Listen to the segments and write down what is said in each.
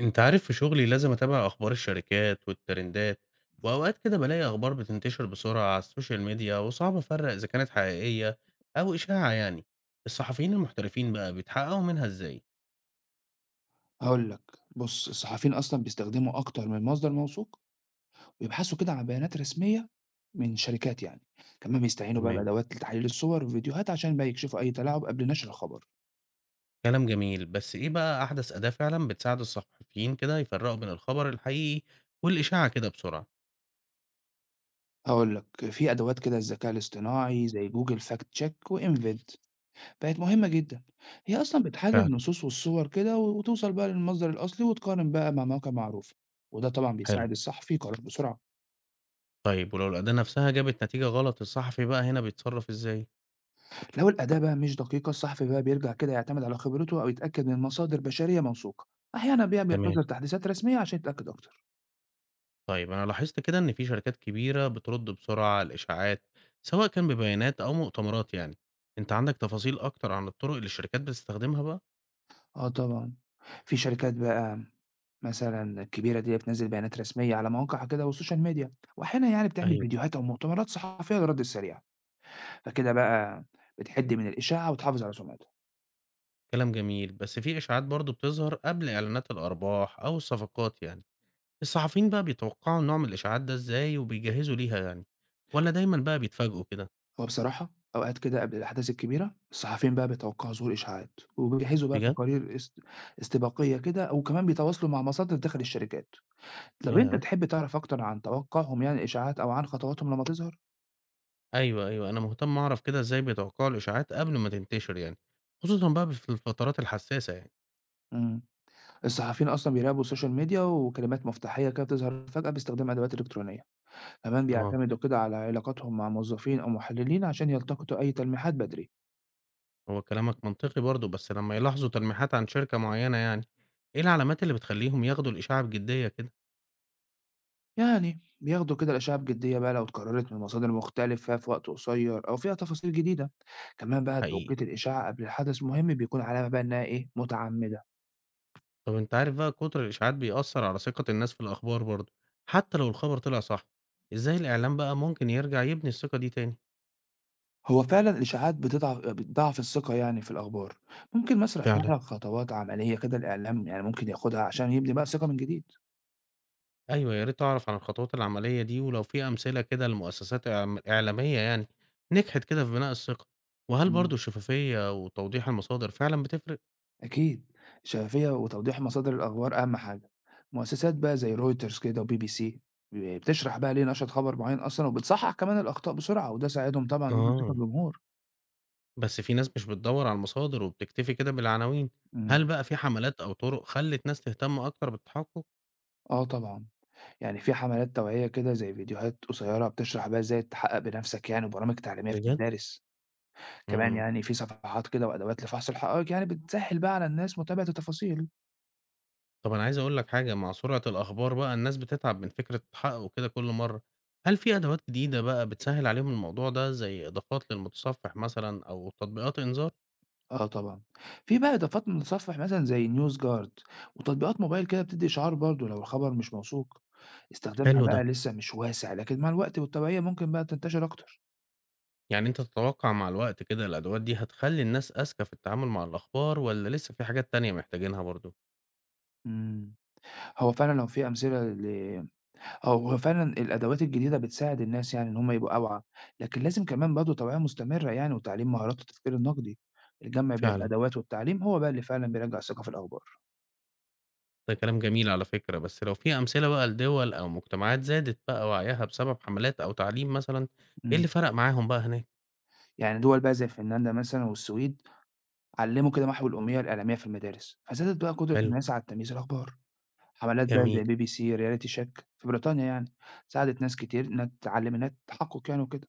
انت عارف في شغلي لازم اتابع اخبار الشركات والترندات، واوقات كده بلاقي اخبار بتنتشر بسرعة على السوشيال ميديا وصعب افرق اذا كانت حقيقية او اشاعة يعني. الصحفيين المحترفين بقى بيتحققوا منها ازاي؟ هاقول لك، بُص الصحفيين أصلًا بيستخدموا أكتر من مصدر موثوق، ويبحثوا كده عن بيانات رسمية من شركات يعني، كمان بيستعينوا بقى تمام. بأدوات لتحليل الصور والفيديوهات عشان بقى يكشفوا أي تلاعب قبل نشر الخبر. كلام جميل، بس ايه بقى احدث اداة فعلا بتساعد الصحفيين كده يفرقوا بين الخبر الحقيقي والاشاعة كده بسرعة؟ هاقول لك، في أدوات كده الذكاء الاصطناعي زي Google fact check وInvid بقت مهمة جدًا، هي أصلًا بتحلل فعلا. النصوص والصور كده وتوصل بقى للمصدر الأصلي وتقارن بقى مع مواقع معروفة، وده طبعًا حلو. بيساعد الصحفي يقرر بسرعة. طيب ولو الاداة نفسها جابت نتيجة غلط، الصحفي بقى هنا بيتصرف ازاي؟ لو الأداة بقى مش دقيقة الصحفي بقى بيرجع كده يعتمد على خبرته أو يتأكد من مصادر بشرية موثوقة. أحيانا بقى تمام. بينتظر تحديثات رسمية عشان يتأكد أكتر. طيب أنا لاحظت كده إن في شركات كبيرة بترد بسرعة على الإشاعات، سواء كان ببيانات أو مؤتمرات يعني، أنت عندك تفاصيل أكتر عن الطرق اللي الشركات بتستخدمها بقى؟ آه طبعا. في شركات بقى مثلا الكبيرة دي بتنزل بيانات رسمية على مواقعها كده والسوشيال ميديا، وأحيانا يعني بتعمل ايوه. فيديوهات أو مؤتمرات صحفية للرد السريع. فكده بقى بتحد من الإشاعة وتحافظ على سمعتها. كلام جميل، بس في إشاعات برضه بتظهر قبل إعلانات الأرباح أو الصفقات يعني، الصحفيين بقى بيتوقعوا نوع من الإشاعات ده إزاي وبيجهزوا ليها يعني، ولا دايما بقى بيتفاجئوا كده؟ وبصراحة أوقات كده قبل الأحداث الكبيرة الصحفيين بقى بيتوقعوا ظهور إشاعات وبيجهزوا بقى بجد؟ تقارير استباقية كده وكمان بيتواصلوا مع مصادر داخل الشركات. طب أنت ياه. تحب تعرف أكتر عن توقعهم يعني الإشاعات أو عن خطواتهم لمّا تظهر؟ أيوه، أيوه، أنا مهتم أعرف كده إزاي بيتوقعوا الإشاعات قبل ما تنتشر يعني، خصوصا بقى في الفترات الحساسة يعني. إمم. الصحفيين أصلًا بيراقبوا السوشيال ميديا وكلمات مفتاحية كده بتظهر فجأة باستخدام أدوات إلكترونية، كمان آه. بيعتمدوا كده على علاقاتهم مع موظفين أو محللين عشان يلتقطوا أي تلميحات بدري. هو كلامك منطقي برضه، بس لمّا يلاحظوا تلميحات عن شركة معيّنة يعني، إيه العلامات اللي بتخلّيهم ياخدوا الإشاعة بجدية كده؟ يعني بياخدوا كده الأشاعة بجدية بقى لو اتكررت من مصادر مختلفة في وقت قصير أو فيها تفاصيل جديدة، كمان بقى حقيقي؟ توقيت الإشاعة قبل الحدث مهم بيكون علامة بقى إنها إيه، متعمدة. طَب أنت عارف بقى كُتر الإشاعات بيأثّر على ثقة الناس في الأخبار برضه، حتى لو الخبر طلع صح، إزاي الإعلام بقى ممكن يرجع يبني الثقة دي تاني؟ هو فعلًا الإشاعات بتضعّف الثقة يعني في الأخبار، ممكن مثلًا أشرح فعلًا. لك خطوات عملية كده الإعلام يعني ممكن ياخدها عشان يبني بقى الثقة من جديد؟ أيوه، يا ريت أعرف عن الخطوات العملية دي، ولو في أمثلة كده لمؤسسات إعلامية يعني نجحت كده في بناء الثقة، وهل إمم. برضه الشفافية وتوضيح المصادر فعلًا بتفرق؟ أكيد، الشفافية وتوضيح مصادر الأخبار أهم حاجة، مؤسسات بقى زي رويترز كده وبي بي سي بتشرح بقى ليه نشرت خبر معين أصلًا وبتصحح كمان الأخطاء بسرعة، وده ساعدهم طبعًا يبنوا ثقة آه. الجمهور. بس في ناس مش بتدوّر على المصادر وبتكتفي كده بالعناوين، هل إمم. بقى في حملات أو طرق خلّت ناس تهتم أكتر بالتحقق؟ آه طبعًا، يعني في حملات توعية كده زي فيديوهات قصيرة بتشرح بقى إزاي تحقق بنفسك يعني وبرامج تعليمية في بجد؟ المدارس. كمان إمم. يعني في صفحات كده وأدوات لفحص الحقائق يعني بتسهل بقى على الناس متابعة التفاصيل. طب أنا عايز أقول لك حاجة، مع سرعة الأخبار بقى الناس بتتعب من فكرة التحقق كده كل مرّة، هل في أدوات جديدة بقى بتسهّل عليهم الموضوع ده زي إضافات للمتصفح مثلًا أو تطبيقات إنذار؟ آه طبعا. في بقى إضافات من متصفح مثلا زي نيوز جارد وتطبيقات موبايل كده بتدي إشعار برضه لو الخبر مش موثوق. استخدامها حلو بقى ده. لسه مش واسع لكن مع الوقت والتوعية ممكن بقى تنتشر أكتر. يعني أنت تتوقع مع الوقت كده الأدوات دي هتخلّي الناس أذكى في التعامل مع الأخبار والّا لسه في حاجات تانية محتاجينها برضه؟ مم. هو فعلا لو في أمثلة أو هو فعلا الأدوات الجديدة بتساعد الناس يعني إن هم يبقوا أوعى لكن لازم كمان برضه توعية مستمرة يعني وتعليم مهارات التفكير النقدي. الجمع بين فعلًا. الأدوات والتعليم هو بقى اللي فعلا بيرجع الثقة في الأخبار. ده كلام جميل على فكرة، بس لو في أمثلة بقى لدول أو مجتمعات زادت بقى وعيها بسبب حملات أو تعليم مثلًا، إيه مم. اللي فرق معاهم بقى هناك؟ يعني دول بقى زي فنلندا مثلًا والسويد علّموا كده محو الأمية الإعلامية في المدارس، فزادت بقى قدرة حلو. الناس على تمييز الأخبار. حملات بقى جميل. زي BBC Reality Check في بريطانيا يعني، ساعدت ناس كتير إنها تتعلم إنها تحقق يعني وكده.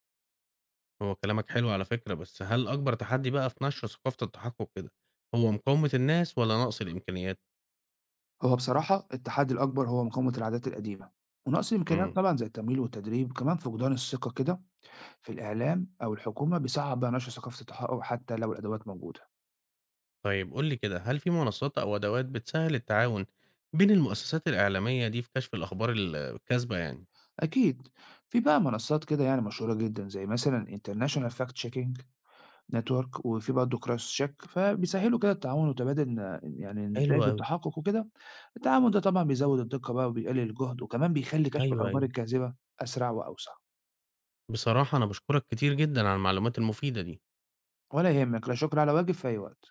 هو كلامك حلو على فكرة، بس هل أكبر تحدي بقى في نشر ثقافة التحقق كده، هو مقاومة الناس والّا نقص الإمكانيات؟ هو بصراحة التحدي الأكبر هو مقاومة العادات القديمة، ونقص الإمكانيات إمم. طبعًا زي التمويل والتدريب، كمان فقدان الثقة كده في الإعلام أو الحكومة بيصعّب بقى نشر ثقافة التحقق حتى لو الأدوات موجودة. طيب قُل لي كده، هل في منصات أو أدوات بتسهّل التعاون بين المؤسسات الإعلامية دي في كشف الأخبار الكاذبة يعني؟ أكيد. في بقى منصات كده يعني مشهورة جدًا زي مثلًا International Fact Checking نتورك وفي برضه cross check فبيسهّلوا كده التعاون وتبادل يعني حلو النتائج أوي. التحقق وكده، التعاون ده طبعًا بيزوّد الدقة بقى وبيقلل الجهد وكمان بيخلّي كشف أيوه، الأخبار أيوه، الكاذبة أسرع وأوسع، بصراحة أنا باشكرك كتير جدًا على المعلومات المفيدة دي. ولا يهمك لا شكر على واجب في أي وقت.